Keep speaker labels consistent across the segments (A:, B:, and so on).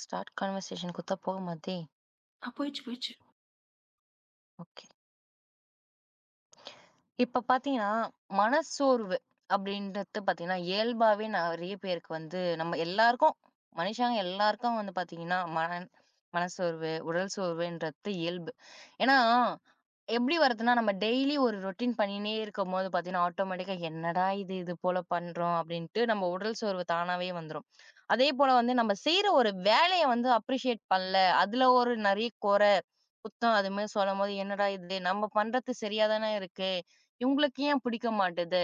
A: Start கான்வர்சேஷனுக்கு குத்தா போகுமாதே!
B: ஆ போயிடுச்சு, போயிடுச்சு.
A: ஓகே. இப்ப பார்த்தீங்கன்னா, மனச்சோர்வு அப்படின்றது பார்த்தீங்கன்னா, இயல்பாவே நெறைய பேருக்கு வந்து நம்ம எல்லாருக்கும் மனுஷங்க எல்லாருக்கும் வந்து பார்த்தீங்கன்னா, மனச்சோர்வு, உடல் சோர்வுன்றது இயல்பு. ஏன்னா, எப்படி வருதுன்னா, நம்ம டெய்லி ஒரு ரொட்டீன் பண்ணினே இருக்கும்போது பார்த்தீங்கன்னா, ஆட்டோமேட்டிக்கா "என்னடா இது போல பண்றோம்" அப்படின்ட்டு நம்ம உடல் சோர்வு தானாவே வந்துரும். அதே போல வந்து நம்ம செய்ற ஒரு வேலைய வந்து அப்ரிஷியேட் பண்ணல, அதுல ஒரு நெறைய குறை, குத்தம் அது மாரி சொல்லும்போது, "என்னடா இது நம்ம பண்றது சரியா தானே இருக்கு. இவங்களுக்கு ஏன் பிடிக்க மாட்டுது?"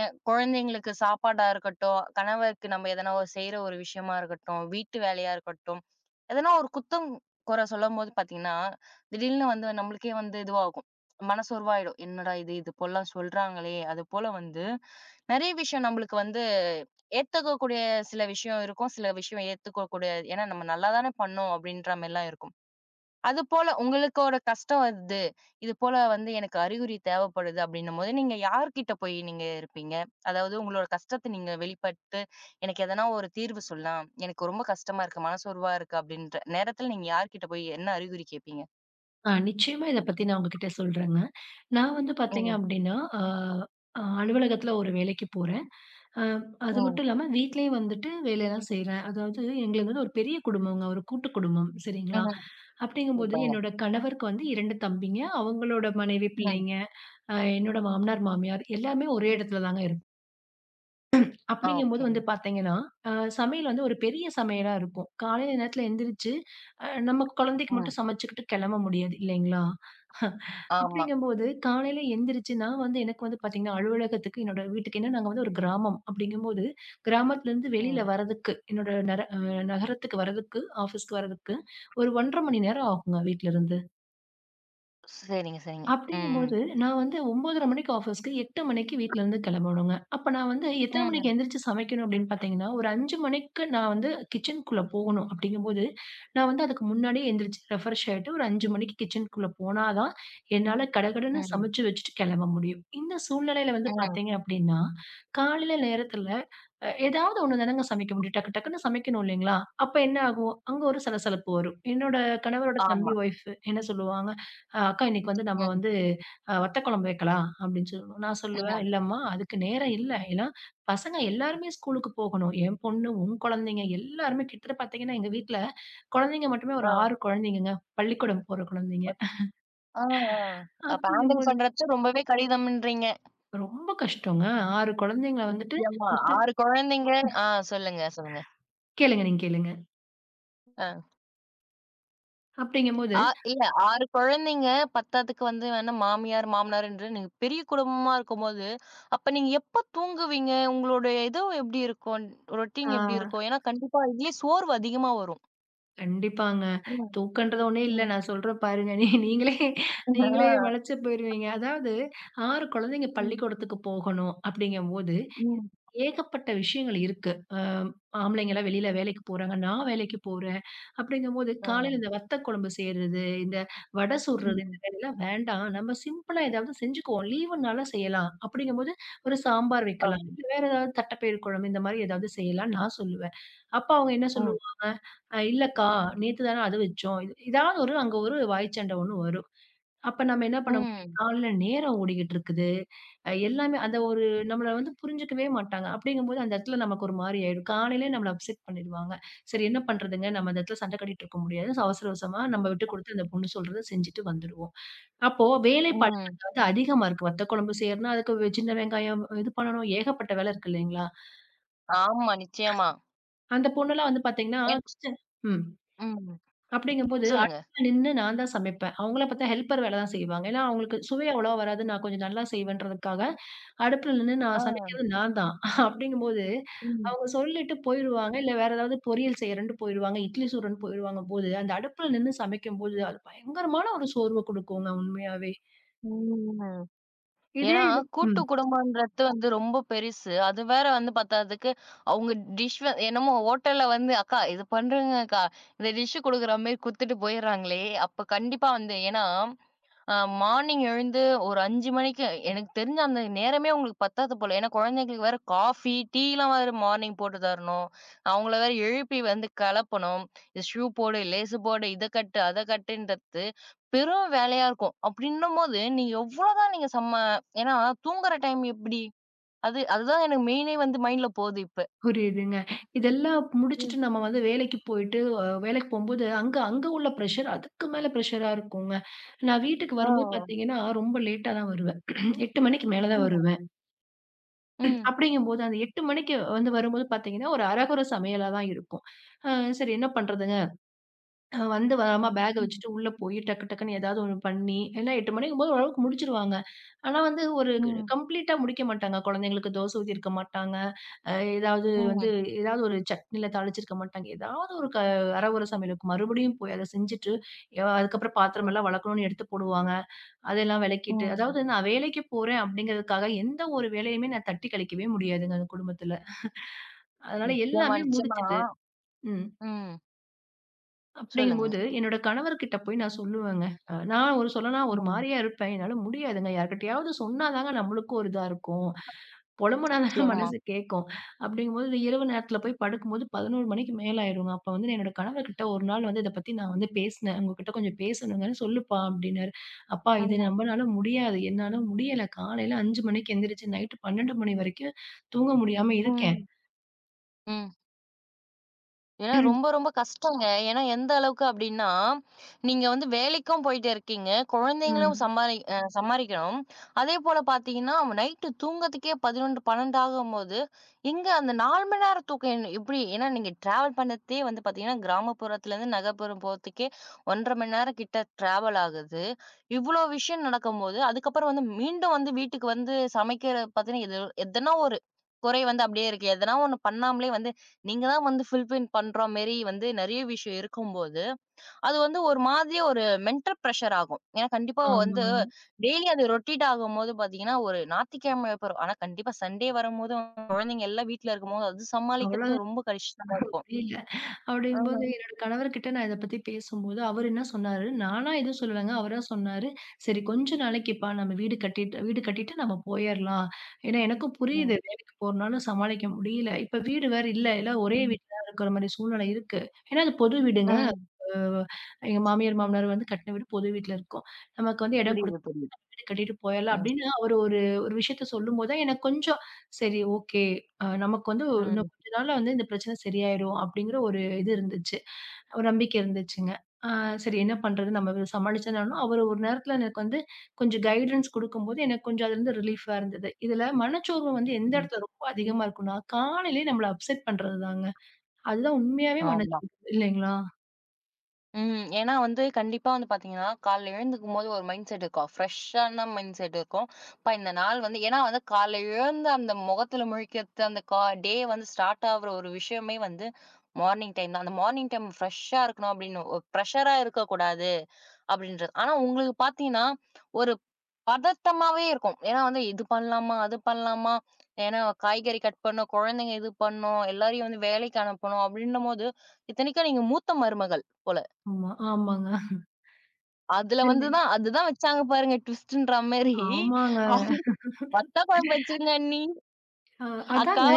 A: ஏன் குழந்தைங்களுக்கு சாப்பாடா இருக்கட்டும், கணவருக்கு நம்ம எதனா ஒரு செய்ற ஒரு விஷயமா இருக்கட்டும், வீட்டு வேலையா இருக்கட்டும், எதனா ஒரு குத்தம், குறை சொல்லும்போது பார்த்தீங்கன்னா, திடீர்னு வந்து நம்மளுக்கே வந்து இதுவாகும். மனசோர்வாயிடும். என்னடா இது? இது போலாம் சொல்றாங்களே! அதுபோல வந்து நெறைய விஷயம் நம்மளுக்கு வந்து ஏத்துக்கக்கூடிய சில விஷயம் இருக்கும். சில விஷயம் ஏத்துக்க கூடாது. ஏன்னா, நம்ம நல்லா தானே பண்ணோம் அப்டின்ற மாரிலாம் இருக்கும். அதுபோல உங்களுக்கு ஒரு கஷ்டம் வருது. இது போல வந்து எனக்கு அறிகுறி தேவைப்படுது அப்டின்னும்போது, நீங்க யார்கிட்ட போய் இருப்பீங்க? அதாவது உங்களோட கஷ்டத்த நீங்க வெளிப்பட்டு, எனக்கு எதனா ஒரு தீர்வு சொல்லலாம். எனக்கு ரொம்ப கஷ்டமா இருக்கு, மனசோர்வா இருக்கு அப்டின்ற நேரத்துல நீங்க யார்கிட்ட போய் என்ன அறிகுறி கேட்பீங்க?
B: ஆ நிச்சயமா இத பத்தி நான் உங்ககிட்ட சொல்றேங்க. நான் வந்து பார்த்தீங்க
A: ம்,
B: அப்டின்னா, ஆ அ அலுவலகத்துல ஒரு வேலைக்கு போறேன். அ அது
A: ம்,
B: மட்டும் இல்லாம வீட்லயும் வந்துட்டு வேலையெல்லாம் செய்றேன். அதாவது எங்களுது வந்து ஒரு பெரிய குடும்பங்க. ஒரு கூட்டு குடும்பம் சரிங்களா?
A: ம்.
B: அப்டிங்கும்போது
A: சூப்பருங்க.
B: என்னோட கணவருக்கு வந்து 2 தம்பிங்க. அவங்களோட மனைவி,
A: ம்.
B: பிள்ளைங்க, என்னோட மாமனார், மாமியார் எல்லாமே ஒரே இடத்துல தாங்க.
A: ஆ,
B: அப்படிங்கும்போது
A: ஓகே.
B: வந்து பார்த்தீங்கன்னா, அ சமையல் வந்து ஒரு பெரிய சமையலா இருக்கும். காலையில நேரத்தில எந்திரிச்சு, நம்ம குழந்தைக்கு
A: ஆ.
B: மட்டும் சமைச்சுக்கிட்டு கெளம்ப முடியாது இல்லைங்களா?
A: ஆமா.
B: அப்படிங்கும்போது காலையில எந்திரிச்சு நான் வந்து எனக்கு வந்து பார்த்தீங்கன்னா, அலுவலகத்துக்கு என்னோட வீட்டுக்கு ஏன்னா நாங்க வந்து ஒரு கிராமம். அப்படிங்கும்போது கிராமத்துலேருந்து வெளியில
A: ம்.
B: வரதுக்கு என்னோட நர அ நகரத்துக்கு வரதுக்கு, ஆஃபீஸ்க்கு வரதுக்கு ஒரு 1½ மணி நேரம் ஆகுங்க வீட்லருந்து.
A: சரிங்க, சரிங்க. ம்,
B: அப்படிங்கும்போது, நான் வந்து 9:30 மணிக்கு ஆஃபீஸ்க்கு, 8 மணிக்கு வீட்லருந்து கிளம்பணுங்க. அப்ப நான் வந்து
A: ம்,
B: எத்தன மணிக்கு
A: ம்.
B: எந்திரிச்சு சமைக்கணும் அப்படின்னு பார்த்தீங்கன்னா, ஒரு 5 மணிக்கு நான் வந்து கிச்சனுக்குள்ள போகணும். அப்படிங்கும்போது, நான் வந்து அதுக்கு முன்னாடியே எந்திரிச்சு ரெஃப்ரெஷ் ஆயிட்டு, ஒரு 5 மணிக்கு கிச்சனுக்குள்ள போனா தான், என்னால கடகடன்னு
A: ம்.
B: சமைச்சு வச்சுட்டு கிளம்ப முடியும். இந்த சூழ்நிலையில வந்து
A: ம்.
B: பார்த்தீங்க அப்படின்னா, காலையில நேரத்துல ஏதாவது ஒண்ணு தானங்க சமைக்க முடியும். டக்கு டக்குன்னு சமைக்கணும் இல்லைங்களா? அப்ப என்ன ஆகும்? அங்க ஒரு சலசலப்பு வரும். என்னோட கணவரோட தம்பி
A: ஆமா.
B: ஒய்ஃப் என்ன சொல்லுவாங்க, அக்கா இன்னைக்கு வந்து நம்ம
A: ம்,
B: வந்து வத்த குழம்பு வைக்கலாம்." அப்படின்னு சொல்லுவோம். நான் சொல்லுவேன்,
A: ம்.
B: "இல்லம்மா அதுக்கு நேரம் இல்ல. ஏன்னா பசங்க எல்லாருமே ஸ்கூலுக்கு போகணும். என் பொண்ணு, உன் குழந்தைங்க எல்லாருமே கிட்டத்தட்ட பார்த்தீங்கன்னா, எங்க வீட்ல குழந்தைங்க மட்டுமே ஒரு
A: ஆ.
B: 6 குழந்தைங்கங்க. பள்ளிக்கூடம் போற குழந்தைங்க.
A: ஆ, ஆ. அப்ப ஹேண்டில்
B: அப்படிங்கும்போது
A: பண்றச்ச ரொம்பவே கடினம்ன்றீங்க.
B: ரொம்ப கஷ்டங்க. 6 குழந்தைங்கள வந்துட்டு
A: ஏம்மா
B: மொத்தம்
A: 6 குழந்தைங்க ஆ சொல்லுங்க, சொல்லுங்க.
B: கேளுங்க நீங்க கேளுங்க.
A: ஆ.
B: அப்படிங்கும்போது
A: ஆ இல்ல 6 குழந்தைங்க, 10த்துக்கு வந்து வேணா மாமியார், மாமனார் என்று நீங்க பெரிய குடும்பமா இருக்கும்போது, அப்ப நீங்க எப்ப தூங்குவீங்க? உங்களுடைய இது எப்படி இருக்கும்?
B: ஆ
A: ரொட்டீன் எப்படி இருக்கும்? ஏன்னா கண்டிப்பா இதுலயே சோர்வு அதிகமா வரும்.
B: கண்டிப்பாங்க.
A: ம்,
B: தூக்கன்றது ஒண்ணே இல்ல.
A: ம்.
B: நான் சொல்றேன் பாருங்க. நீ நீங்களே நீங்களே
A: ஆ.
B: மலைச்சு போயிருவீங்க. அதாவது 6 குழந்தைங்க
A: ம்.
B: பள்ளிக்கூடத்துக்கு போகணும், அப்படிங்கும்போது
A: ம்.
B: ஏகப்பட்ட விஷயங்கள் இருக்கு. ஆம்பளைங்கலாம் வெளியில வேலைக்கு போறாங்க. நான் வேலைக்கு போறேன். அப்படிங்கும்போது
A: ஆ.
B: காலையில இந்த வத்த குழம்பு செய்றது, இந்த வடை சுடுறது
A: ம்.
B: இந்த வேலைலாம் வேண்டாம். நம்ம சிம்பிளா ஏதாவது செஞ்சுக்குவோம். லீவுனால செய்யலாம். அப்படிங்கும்போது ஒரு சாம்பார் வைக்கலாம்.
A: ஆமா.
B: இல்ல வேற ஏதாவது தட்டைப்பயிர் குழம்பு இந்த மாரி ஏதாவது செய்யலாம்ன்னு நான் சொல்லுவேன். அப்ப அவங்க என்ன
A: ம்.
B: சொல்லுவாங்க, இல்லக்கா, நேத்து தானே அது வச்சோம்." ஏதாவது ஒரு அங்க ஒரு வாய் சண்டை ஒண்ணு வரும். அப்ப நம்ம என்ன பண்ண முடியும்?
A: ம்.
B: காலைல நேரம் ஓடிக்கிட்டு இருக்குது. எல்லாமே அந்த ஒரு நம்மள வந்து புரிஞ்சுக்கவே மாட்டாங்க. அப்படிங்கும்போது அந்த இடத்துல நமக்கு ஒரு மாரி ஆயிடும். காலையிலயே நம்மள அப்செட் பண்ணிடுவாங்க. சரி என்ன பண்றதுங்க? நம்ம அந்த இடத்துல சண்டை கட்டிட்டு இருக்க முடியாது. சோ அவசர அவசரமா நம்ம விட்டு குடுத்து அந்த பொண்ணு சொல்றத செஞ்சுட்டு வந்துருவோம். அப்போ வேலைப்பளு
A: ம்.
B: வந்து அதிகமா இருக்கு. வத்த குழம்பு செய்யறதுன்னா, அதுக்கு வெ சின்ன வெங்காயம் இது பண்ணணும். ஏகப்பட்ட வேலை இருக்கு இல்லைங்களா?
A: ஆமா, நிச்சயமா.
B: அந்த பொண்ணுலாம் வந்து பார்த்தீங்கன்னா
A: எச்
B: ம்.
A: ம்.
B: அப்படிங்கும்போது
A: சொல்லுங்க.
B: அடுப்புல நின்னு நான் தான் சமைப்பேன். அவங்கள பார்த்தா ஹெல்ப்பர் வேலை தான் செய்வாங்க. ஏன்னா அவங்களுக்கு சுவை அவ்வளவா வராது. நான் கொஞ்சம் நல்லா செய்வேன்றதுக்காக அடுப்புல நின்னு
A: ஆ.
B: நான் சமைக்கிறது நான் தான். அப்படிங்கும்போது,
A: ம்.
B: அவங்க சொல்லிட்டு போயிருவாங்க. இல்ல வேற ஏதாவது பொரியல் செய்றேன்ட்டு போயிருவாங்க. இட்லி சுடுறேன்னு போயிருவாங்க போது, அந்த அடுப்புல நின்னு சமைக்கும்போது, அது பயங்கரமான ஒரு சோர்வ குடுக்குங்க உண்மையாவே.
A: ம்.
B: இதே
A: ஏன்னா,
B: இது ம்.
A: கூட்டு குடும்பம்ன்றது வந்து ரொம்ப பெருசு. அது வேற வந்து பத்தாததுக்கு, அவங்க டிஷ் வ என்னமோ ஹோட்டல்ல வந்து, "அக்கா இது பண்றேங்க அக்கா. இந்த டிஷ் குடுக்குற மாரி" குடுத்துட்டு போயிடுறாங்களே! அப்ப கண்டிப்பா வந்து ஏன்னா அ மார்னிங் எழுந்து ஒரு 5 மணிக்கு எனக்கு தெரிஞ்சு அந்த நேரமே உங்களுக்கு பத்தாது போல. ஏன்னா குழந்தைங்களுக்கு வேற காஃபி, டீலாம் வேற மார்னிங் போட்டு தரணும். அவங்கள வேற எழுப்பி வந்து கெளப்பணும். இது ஷூ போடு, லேசு போடு, இத கட்டு, அத கட்டுன்றது பெரும் வேலையா இருக்கும். அப்படின்னும்போது நீங்க எவ்வளோதான் செம்ம ஏன்னா தூங்குற டைம் எப்படி? அதுதான் எனக்கு மெயினே வந்து மைண்ட்ல போகுது இப்ப.
B: புரியுதுங்க. இதெல்லாம்
A: ம்.
B: முடிச்சுட்டு நம்ம வந்து வேலைக்கு போயிட்டு, வேலைக்கு போம்போது அங்க அங்க உள்ள பிரஷர் அதுக்கு மேல பிரஷரா இருக்குங்க. நான் வீட்டுக்கு
A: ஓ!
B: வரும்போது பார்த்தீங்கன்னா, ரொம்ப லேட்டா தான் வருவேன். 8 மணிக்கு மேல தான்
A: ம்.
B: வருவேன்.
A: ம்.
B: அப்படிங்கும்போது, அந்த 8 மணிக்கு வந்து வரும்போது பார்த்தீங்கன்னா, ஒரு அரைகுறை சமையலா தான் இருக்கும். அ சரி என்ன பண்றதுங்க? வந்து வேகமா பேக்க வச்சுட்டு உள்ள போய் டக்கு டக்குன்னு ஏதாவது ஒண்ணு பண்ணி, ஏன்னா 8 மணிக்கும்போது ஓரளவுக்கு முடிச்சுருவாங்க. ஆனா வந்து ஒரு
A: ம்.
B: கம்ப்ளீட்டா முடிக்க மாட்டாங்க. குழந்தைங்களுக்கு தோசை ஊத்தியிருக்க மாட்டாங்க. அ ஏதாவது
A: ம்.
B: வந்து
A: ம்.
B: ஏதாவது ஒரு சட்னில தாளிச்சிருக்க மாட்டாங்க. ஏதாவது ஒரு அரைகுறை சமையலுக்கு மறுபடியும் போய் அத செஞ்சுட்டு, அதுக்கப்புறம்
A: ம்.
B: பாத்திரமெல்லாம் வெளக்கணும்னு எடுத்து போடுவாங்க. அதெல்லாம் விளக்கிட்டு, அதாவது
A: ம்.
B: நான் வேலைக்கு போறேன் அப்படிங்கிறதுக்காக எந்த ஒரு வேலையுமே நான் தட்டி கழிக்கவே முடியாதுங்க அந்த குடும்பத்துல. அதனால
A: நிச்சயமா,
B: எல்லாமே
A: நிச்சயமா.
B: முடிச்சுட்டு ம்.
A: ம். சொல்லுங்க.
B: அப்படிங்கும்போது என்னோட கணவர்கிட்ட போய் நான் சொல்லுவேங்க. நான் ஒரு சொல்லனா ஒரு
A: ம்.
B: மாரியா இருப்பேன். என்னால முடியாதுங்க. யார்கிட்டயாவது சொன்னா தாங்க நம்மளுக்கும் ஒரு இதா இருக்கும். பொலம்புனா தான
A: நிச்சயமா.
B: மனசு கேட்கும். அப்படிங்கும்போது இந்த இரவு நேரத்தில போய் படுக்கும்போது 11 மணிக்கு மேல ஆயிருங்க. அப்ப வந்து என்னோட கணவர்கிட்ட ஒரு நாள் வந்து இத பத்தி நான் வந்து பேசினேன். உங்ககிட்ட கொஞ்சம் பேசணுங்க. "சொல்லுப்பா" அப்படின்னாரு. "அப்பா இது
A: ம்.
B: நம்மனால முடியாது. என்னால முடியல. காலையில 5 மணிக்கு எந்திரிச்சு நைட்டு 12 மணி வரைக்கும் தூங்க முடியாம இருக்கேன்."
A: ம். ம். ஏன்னா ரொம்ப கஷ்டங்க. ஏன்னா எந்த அளவுக்கு அப்டின்னா, நீங்க வந்து வேலைக்கும் போயிட்டு இருக்கீங்க. குழந்தைங்களும்
B: ம்.
A: சம்பாரிக்கணும். அதேபோல பார்த்தீங்கன்னா, நைட்டு தூங்கறதுக்கே 11, 12 ஆகும்போது, எங்க அந்த 4 மணி நேரம் தூக்கம் என் எப்டி? ஏன்னா நீங்க டிராவல் பண்ணதே வந்து பார்த்தீங்கன்னா, கிராமப்புறத்துலருந்து நகர்ப்புறம் போறதுக்கே 1 1/2 மணி நேரம் கிட்ட டிராவல் ஆகுது. இவ்ளோ விஷயம் நடக்கும்போது, அதுக்கப்புறம் வந்து மீண்டும் வந்து வீட்டுக்கு வந்து சமைக்கிற பார்த்தீங்கன்னா, எதோ எதனா ஒரு குறை வந்து அப்படியே இருக்கு. எதனா ஒண்ணு பண்ணாமலே வந்து, நீங்க தான் வந்து ஃபுல்பில் பண்ற மாரி வந்து நெறைய விஷயம் இருக்கும்போது, அது வந்து ஒரு மாதிரியா ஒரு மென்டல் பிரஷர் ஆகும். ஏன்னா கண்டிப்பா வந்து
B: ஆமாங்க.
A: டெய்லி அது ரொட்டேட் ஆகும்போது பார்த்தீங்கன்னா, ஒரு ஞாயித்துக்கிழமை போறோம். ஆனா கண்டிப்பா சண்டே வரும்போது குழந்தைங்க எல்லாம் வீட்ல இருக்கும்போது, அது சமாளிக்கிறது
B: அவ்வளோதான்
A: ரொம்ப கஷ்டமா இருக்கும்.
B: முடியல.
A: ஆமா.
B: அப்படிங்கும்போது என்னோட கணவர்கிட்ட நான் இத பத்தி பேசும்போது, அவரு என்ன சொன்னாரு, நானா எதுவும் சொல்லலங்க. அவரா சொன்னாரு, "சரி கொஞ்ச நாளைக்குப்பா நம்ம வீடு கட்டிட்டு நம்ம போயர்லாம்." ஏன்னா எனக்கும் புரியுது
A: ம்.
B: வேலைக்கு போறனால சமாளிக்க முடியல. இப்ப வீடு வேற இல்ல. எல்லாம் ஒரே
A: ம்.
B: வீட்ல தான் இருக்கிற மாரி சூழ்நிலை இருக்கு. ஏன்னா அது பொது வீடுங்க.
A: ம்.
B: அஹ் எங்க மாமியார், மாமனார் வந்து கட்டின வீடு பொது வீட்ல இருக்கோம். நமக்கு வந்து இடம்
A: புரியுது,
B: குடுத்து
A: புரியுது.
B: வீடு கட்டிட்டு போயிரலாம்
A: அ.
B: அப்படின்னு அவரு ஒரு ஒரு விஷயத்த சொல்லும்போது தான் எனக்கு கொஞ்சம் சரி ஓகே. நமக்கு வந்து இன்னும்
A: ம்.
B: கொஞ்ச நாள்ல வந்து இந்த பிரச்சனை சரியாயிரும் அப்படிங்கிற ஒரு இது இருந்துச்சு. ஒரு நம்பிக்கை இருந்துச்சுங்க. ஆ சரி என்ன பண்றது நம்ம இத சமாளிச்சனாலும் அவரு ஒரு நேரத்துல எனக்கு வந்து கொஞ்சம் கைடன்ஸ் குடுக்கும்போது எனக்கு கொஞ்சம் அதுலருந்து ரிலீஃபா இருந்தது. இதுல மனச்சோர்வு வந்து எந்த
A: ம்.
B: இடத்துல ரொம்ப அதிகமா இருக்கும்னா, காலையிலயே நம்மள அப்செட் பண்றது தாங்க. அதுதான் உண்மையாவே
A: ஆமா.
B: மனச்சோர்வு இல்லைங்களா?
A: ம். ஏன்னா வந்து கண்டிப்பா வந்து பார்த்தீங்கன்னா, காலைல எழுந்துக்கும்போது ஒரு மைண்ட் செட் இருக்கும். ஃப்ரெஷ்ஷான மைண்ட் செட் இருக்கும். "அப்பா இந்த நாள் வந்து" ஏன்னா வந்து காலைல எழுந்த அந்த முகத்தில முழிக்கிறது, அந்த டே வந்து ஸ்டார்ட் ஆகுற ஒரு விஷயமே வந்து மார்னிங் டைம் தான். அந்த மார்னிங் டைம் ஃப்ரெஷ்ஷா இருக்கணும் அப்படின்னு ஒரு பிரஷரா இருக்கக்கூடாது அப்படின்றது. ஆனா உங்களுக்கு பார்த்தீங்கன்னா, ஒரு பதட்டமாவே இருக்கும். ஏன்னா வந்து இது பண்ணலாமா? அது பண்ணலாமா? ஏன்னா காய்கறி கட் பண்ணும், குழந்தைங்க இது பண்ணும், எல்லாரையும் வந்து வேலைக்கு அனுப்பணும் அப்படின்னும்போது, இத்தனைக்கும் நீங்க மூத்த மருமகள் போல.
B: ஆமா, ஆமாங்க.
A: அதுல வந்து
B: இல்லைங்க.
A: தான் அதுதான் வச்சாங்க பாருங்க ட்விஸ்ட்ன்ற மாரி.
B: ஆமாங்க.
A: அவங்க வத்த குழம்பு வச்சுருங்க அண்ணி.
B: அ
A: அக்கா.
B: அதாங்க.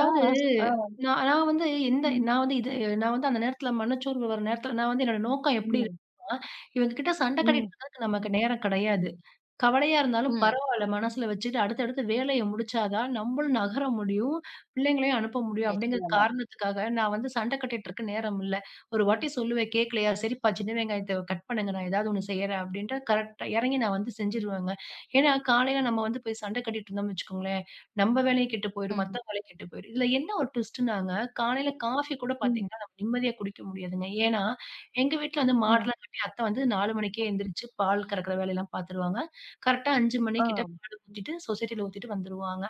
A: ஆ, ஆ.
B: நான் நான் வந்து எந்த
A: ம்,
B: நான் வந்து இது நான் வந்து அந்த நேரத்தில மனச்சோர்வு வர நேரத்தில நான் வந்து என்னோட நோக்கம் எப்படி
A: ம்,
B: இவங்க கிட்ட சண்டை கட்டிட்டு
A: ம்,
B: இருக்கறதுக்கு நமக்கு நேரம் கிடையாது. கவலையா இருந்தாலும்
A: ம்.
B: பரவால்ல. மனசுல வச்சுட்டு அடுத்தடுத்து வேலைய முடிச்சா தான் நம்மளும் நகர முடியும். பிள்ளைங்களையும் அனுப்ப முடியும் அப்படிங்கிற
A: நிச்சயமா.
B: காரணத்துக்காக நான் வந்து சண்டை கட்டிட்டு இருக்க நேரம் இல்ல. ஒரு வாட்டி சொல்லுவேன் கேட்கலையா? சரிப்பா சின்ன வெங்காயத்த கட் பண்ணுங்க. நான் ஏதாவது ஒண்ணு செய்யறேன் அப்படின்ட்டு கரெக்ட்டா இறங்கி நான் வந்து செஞ்சுருவேங்க. ஏன்னா காலையில நம்ம வந்து போய் சண்டை கட்டிட்டு இருந்தோம்னு வச்சுக்கோங்களேன், நம்ம வேலையும் கெட்டு போயிடும்,
A: ம்,
B: மத்தவங்க வேலையும் கெட்டு போயிடும். இதுல என்ன ஒரு ட்விஸ்ட்னாங்க, காலையில காஃபி கூட
A: ம்,
B: பார்த்தீங்கன்னா நம்ம நிம்மதியா குடிக்க முடியாதுங்க. ஏன்னா எங்க வீட்ல வந்து
A: ம்,
B: மாடுலாம் அத்தை வந்து 4 மணிக்கே எந்திரிச்சு பால் கறக்கிற வேலையெல்லாம் பார்த்துருவாங்க. கரெக்ட்டா 5 மணி
A: ஆ,
B: கிட்ட பால் ஊத்திட்டு, சொசைட்டில ஊத்திட்டு வந்துருவாங்க.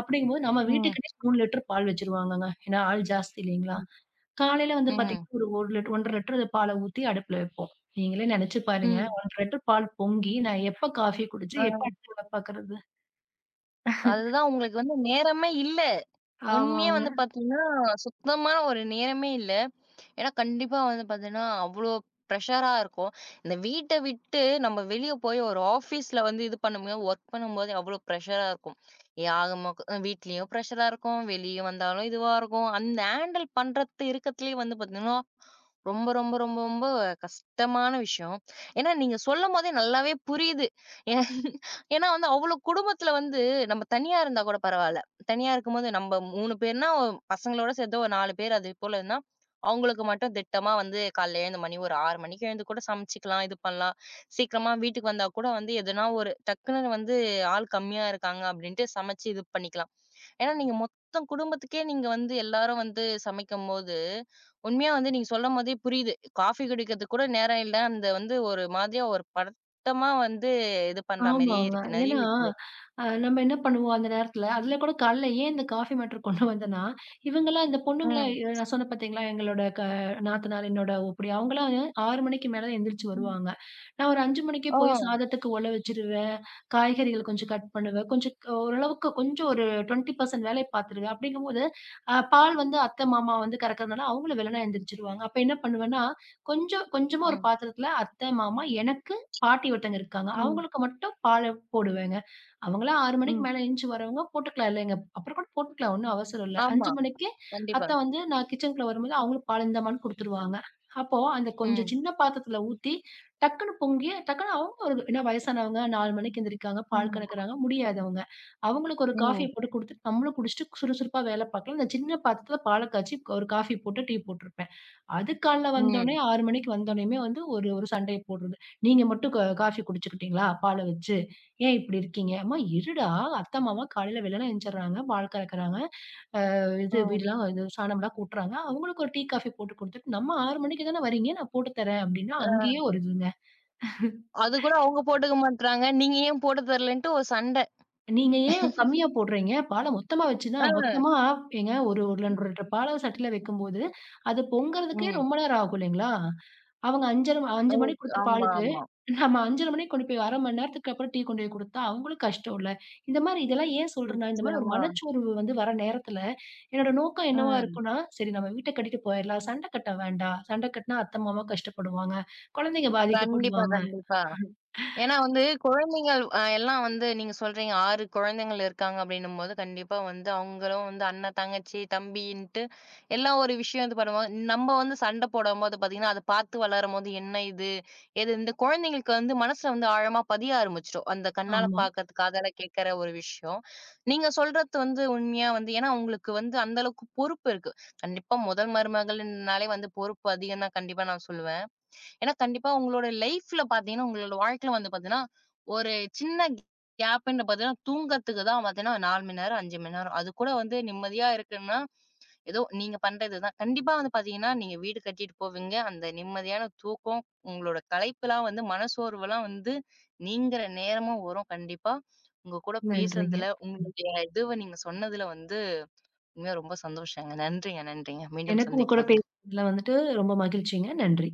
B: அப்படிங்கும்போது நம்ம
A: ம்,
B: வீட்டுக்கிட்டயே 3 லிட்டர் பால் வச்சுருவாங்கங்க. ஏன்னா ஆள் ஜாஸ்தி இல்லைங்களா?
A: ம்,
B: காலையில வந்து
A: ம்,
B: பார்த்தீங்கன்னா, ஒரு 1 லிட்டர் 1½ லிட்டர் பால ஊத்தி அடுப்புல வைப்போம். நீங்களே நெனச்சு பாருங்க.
A: ம்.
B: 1½ லிட்டர் பால் பொங்கி நான் எப்ப காஃபி குடிச்சு, எப்ப
A: ஆ.
B: அடுத்த வேல பார்க்கறது?
A: அதுதான் உங்களுக்கு வந்து நேரமே இல்ல. உண்மையா
B: ஆமாங்க.
A: வந்து பார்த்தீங்கன்னா, சுத்தமான ஒரு நேரமே இல்ல. ஏன்னா கண்டிப்பா வந்து பார்த்தீங்கன்னா, அவ்ளோ ப்ரெஷரா இருக்கும். இந்த வீட்ட விட்டு நம்ம வெளிய போய் ஒரு ஆஃபீஸ்ல வந்து இது பண்ணும்போது, ஒர்க் பண்ணும்போது அவ்ளோ ப்ரெஷரா இருக்கும். ஆகமொ வீட்லயும் ப்ரெஷரா இருக்கும். வெளிய வந்தாலும் இதுவா இருக்கும். அந்த ஹேண்டில் பண்றது இருக்கத்துலயே வந்து பார்த்தீங்கன்னா, ரொம்ப கஷ்டமான விஷயம். ஏன்னா நீங்க சொல்லும்போதே நல்லாவே புரியுது. ஏன்- ஏன்னா வந்து அவ்ளோ குடும்பத்துல வந்து நம்ம தனியா இருந்தா கூட பரவால்ல. தனியா இருக்கும்போது நம்ப 3 பேர்னா, பசங்களோட சேர்த்து ஒரு 4 பேர் அது போல இருந்தா, அவங்களுக்கு மட்டும் திட்டமா வந்து காலைல எழுந்த மணி ஒரு 6 மணிக்கு எழுந்து கூட சமைச்சுக்கலாம், இது பண்ணலாம். சீக்கிரமா வீட்டுக்கு வந்தா கூட வந்து எதுனா ஒரு டக்குன்னு வந்து ஆள் கம்மியா இருக்காங்க அப்டின்ட்டு சமைச்சு இது பண்ணிக்கலாம். ஏன்னா, நீங்க மொத்தம் குடும்பத்துக்கே வந்து எல்லாரும் வந்து சமைக்கும்போது, உண்மையா வந்து நீங்க சொல்லும்போதே புரியுது. காஃபி குடிக்கிறதுக்கு கூட நேரம் இல்ல. அந்த வந்து ஒரு மாதிரியா ஒரு படட்டமா வந்து இது பண்ற மாரியே
B: ஆமாங்க.
A: இருக்கு. நெறைய
B: ஏன்னா,
A: விஷயம்.
B: நம்ம என்ன பண்ணுவோம் அந்த நேரத்துல, அதுல கூட காலைல ஏன் இந்த காஃபி மேட்டர் கொண்டு வந்தேன்னா, இவங்கலாம் இந்த பொண்ணுங்கலாம்
A: ம்.
B: நான் சொன்னேன் பார்த்தீங்களா, எங்களோட நாத்தனார் என்னோட ஓப்பிடி அவங்கலாம் 6 மணிக்கு மேல தான் எந்திரிச்சு வருவாங்க. நான் ஒரு 5 மணிக்கே போய்
A: ஓ!
B: சாதத்துக்கு ஒல வச்சுருவேன். காய்கறிகள் கொஞ்சம் கட் பண்ணுவேன். கொஞ்சம் ஓரளவுக்கு கொஞ்சம் ஒரு 20% வேலைய பார்த்துருவேன். அப்படிங்கும்போது, பால் வந்து அத்தை, மாமா வந்து கறக்கிறதுனால அவங்களும் வெள்ளன எந்திரிச்சுருவாங்க. அப்ப என்ன பண்ணுவேன்னா, கொஞ்சம் கொஞ்சமா ஒரு
A: ம்.
B: பாத்திரத்துல அத்தை, மாமா எனக்கு பாட்டி ஒருத்தங்க இருக்காங்க.
A: ம்.
B: அவங்களுக்கு மட்டும் பால போடுவேங்க. அவங்கலாம் 6 மணிக்கு
A: ம்.
B: மேல எந்திச்சு வரவங்க போட்டுக்கலாம் இல்லைங்க. அப்புறம் கூட போட்டுக்கலாம். ஒண்ணும் அவசரம் இல்ல.
A: ஆமா.
B: 5 மணிக்கே
A: கண்டிப்பா.
B: அத்தா வந்து நான் கிச்சனுக்குள்ள வரும்போது அவங்களும் பால் இந்தாம்மான்னு குடுத்துருவாங்க. அப்போ அந்த கொஞ்சம்
A: ம்.
B: சின்ன பாத்திரத்துல ஊத்தி டக்குனு பொங்கி டக்குனு அவங்க ஒரு ஏன்னா வயசானவங்க 4 மணிக்கு எந்திரிக்காங்க,
A: ம்.
B: பால் கறக்குறாங்க, முடியாதவங்க. அவங்களுக்கு ஒரு காஃபிய
A: ம்.
B: போட்டு குடுத்துட்டு, நம்மளும் குடிச்சுட்டு சுறுசுறுப்பா வேல பார்க்கலாம். இந்த சின்ன பாத்திரத்துல பால காய்ச்சி ஒரு காஃபி போட்டு, டீ போட்டுருப்பேன். அது காலைல வந்தோனே
A: ம்.
B: 6 மணிக்கு வந்தோனேயுமே வந்து ஒரு ஒரு சண்டைய போடுறது. நீங்க மட்டும் காஃபி குடிச்சுக்கிட்டீங்களா? பால வச்சு. ஏன் இப்படி இருக்கீங்க? அம்மா இருடா! அத்த, மாமா காலையில வெள்ளன எந்திரிச்சர்றாங்க. பால் கறக்குறாங்க. இது
A: ம்.
B: வீடுலாம் இது சாணம்லாம் கூட்டுறாங்க. அவங்களுக்கு ஒரு டீ, காஃபி போட்டு குடுத்துட்டு, நம்ம 6 மணிக்கு தானே வரீங்க, நான் போட்டு தரேன் அப்டின்னா,
A: அ
B: அங்கேயே ஒரு இதுங்க.
A: அது கூட அவங்க போட்டுக்க மாட்றாங்க. நீங்க ஏன் போட்டு தரலன்ட்டு ஒரு சண்டை.
B: நீங்க ஏன் கம்மியா போடுறீங்க? பால மொத்தமா வச்சுன்னா
A: ஆ.
B: மொத்தமா ஏங்க ஒரு 1 2 பால சட்டில வைக்கும்போது, அது பொங்கறதுக்கே
A: ம்.
B: ரொம்ப நேரம் ஆகும் இல்லைங்களா? அவங்க 5:30 5:00
A: ஓ!
B: மணிக்கு குடுத்த
A: ஆமா,
B: பாலுக்கு,
A: ஆமா.
B: நம்ம 5:30 மணிக்கு கொண்டு போய் 1/2 மணி நேரத்துக்கு அப்புறம் டீ கொண்டு போய் குடுத்தா அவங்களுக்கு கஷ்டம்ல. இந்த மாரி இதெல்லாம் ஏன் சொல்றேன்னா, இந்த மாரி ஒரு
A: நிச்சயமா.
B: மனச்சோர்வு வந்து வர நேரத்துல, என்னோட நோக்கம் என்னவா
A: ம்.
B: இருக்கும்னா, சரி நம்ம வீட்ட கட்டிட்டு போயிரலாம். சண்டை கட்ட வேண்டாம். சண்டை கட்டினா அத்தை, மாமா கஷ்டப்படுவாங்க. குழந்தைங்க
A: கண்டிப்பா,
B: பாதிக்கப்படுவாங்க.
A: கண்டிப்பா. ஏன்னா வந்து குழந்தைகள் எல்லாம் வந்து நீங்க சொல்றீங்க 6 குழந்தைகள் இருக்காங்க அப்படின்னும்போது, கண்டிப்பா வந்து அவங்களும் வந்து அண்ணன், தங்கச்சி, தம்பின்ட்டு எல்லா ஒரு விஷயம் இது பண்ணுவாங்க. நம்ம வந்து சண்டை போடும்போது பார்த்தீங்கன்னா, அத பார்த்து வளரும்போது என்ன இது? எது இந்த குழந்தைங்களுக்கு வந்து மனசுல வந்து ஆழமா பதிய ஆரம்பிச்சுரும். அந்த கண்ணால
B: ஆமா.
A: பார்க்கறது, காதால கேட்கற ஒரு விஷயம். நீங்க சொல்றது வந்து உண்மையா வந்து ஏன்னா உங்களுக்கு வந்து அந்த அளவுக்கு பொறுப்பு இருக்கு. கண்டிப்பா முதல் மருமகள்னாலே வந்து பொறுப்பு அதிகம் தான் கண்டிப்பா நான் சொல்லுவேன். ஏன்னா கண்டிப்பா உங்களோட லைஃப்ல பாத்தீங்கன்னா, உங்களோட வாழ்க்கையில வந்து பாத்தீங்கன்னா, ஒரு சின்ன கேப்ன்னு பாத்தீங்கன்னா, தூங்கறதுக்கு தான் பாத்தீங்கன்னா 4 மணி நேரம், 5 மணி நேரம். அது கூட வந்து நிம்மதியா இருக்குன்னா, ஏதோ நீங்க பண்றது தான். கண்டிப்பா வந்து பாத்தீங்கன்னா, நீங்க வீடு கட்டிட்டு போவீங்க. அந்த நிம்மதியான தூக்கம், உங்களோட களைப்புலாம் வந்து மனசோர்வெல்லாம் வந்து நீங்குற நேரமும் வரும் கண்டிப்பா. உங்க கூட
B: நன்றிங்க.
A: பேசுனதுல,
B: ம்.
A: உங்களுடைய இதுவ நீங்க சொன்னதுல வந்து உண்மையா ரொம்ப சந்தோஷங்க. நன்றிங்க, நன்றிங்க. மீண்டும்
B: எனக்கு உங்க கூட
A: சந்திக்கலாங்க.
B: பேசுனதுல வந்துட்டு ரொம்ப மகிழ்ச்சிங்க. நன்றி.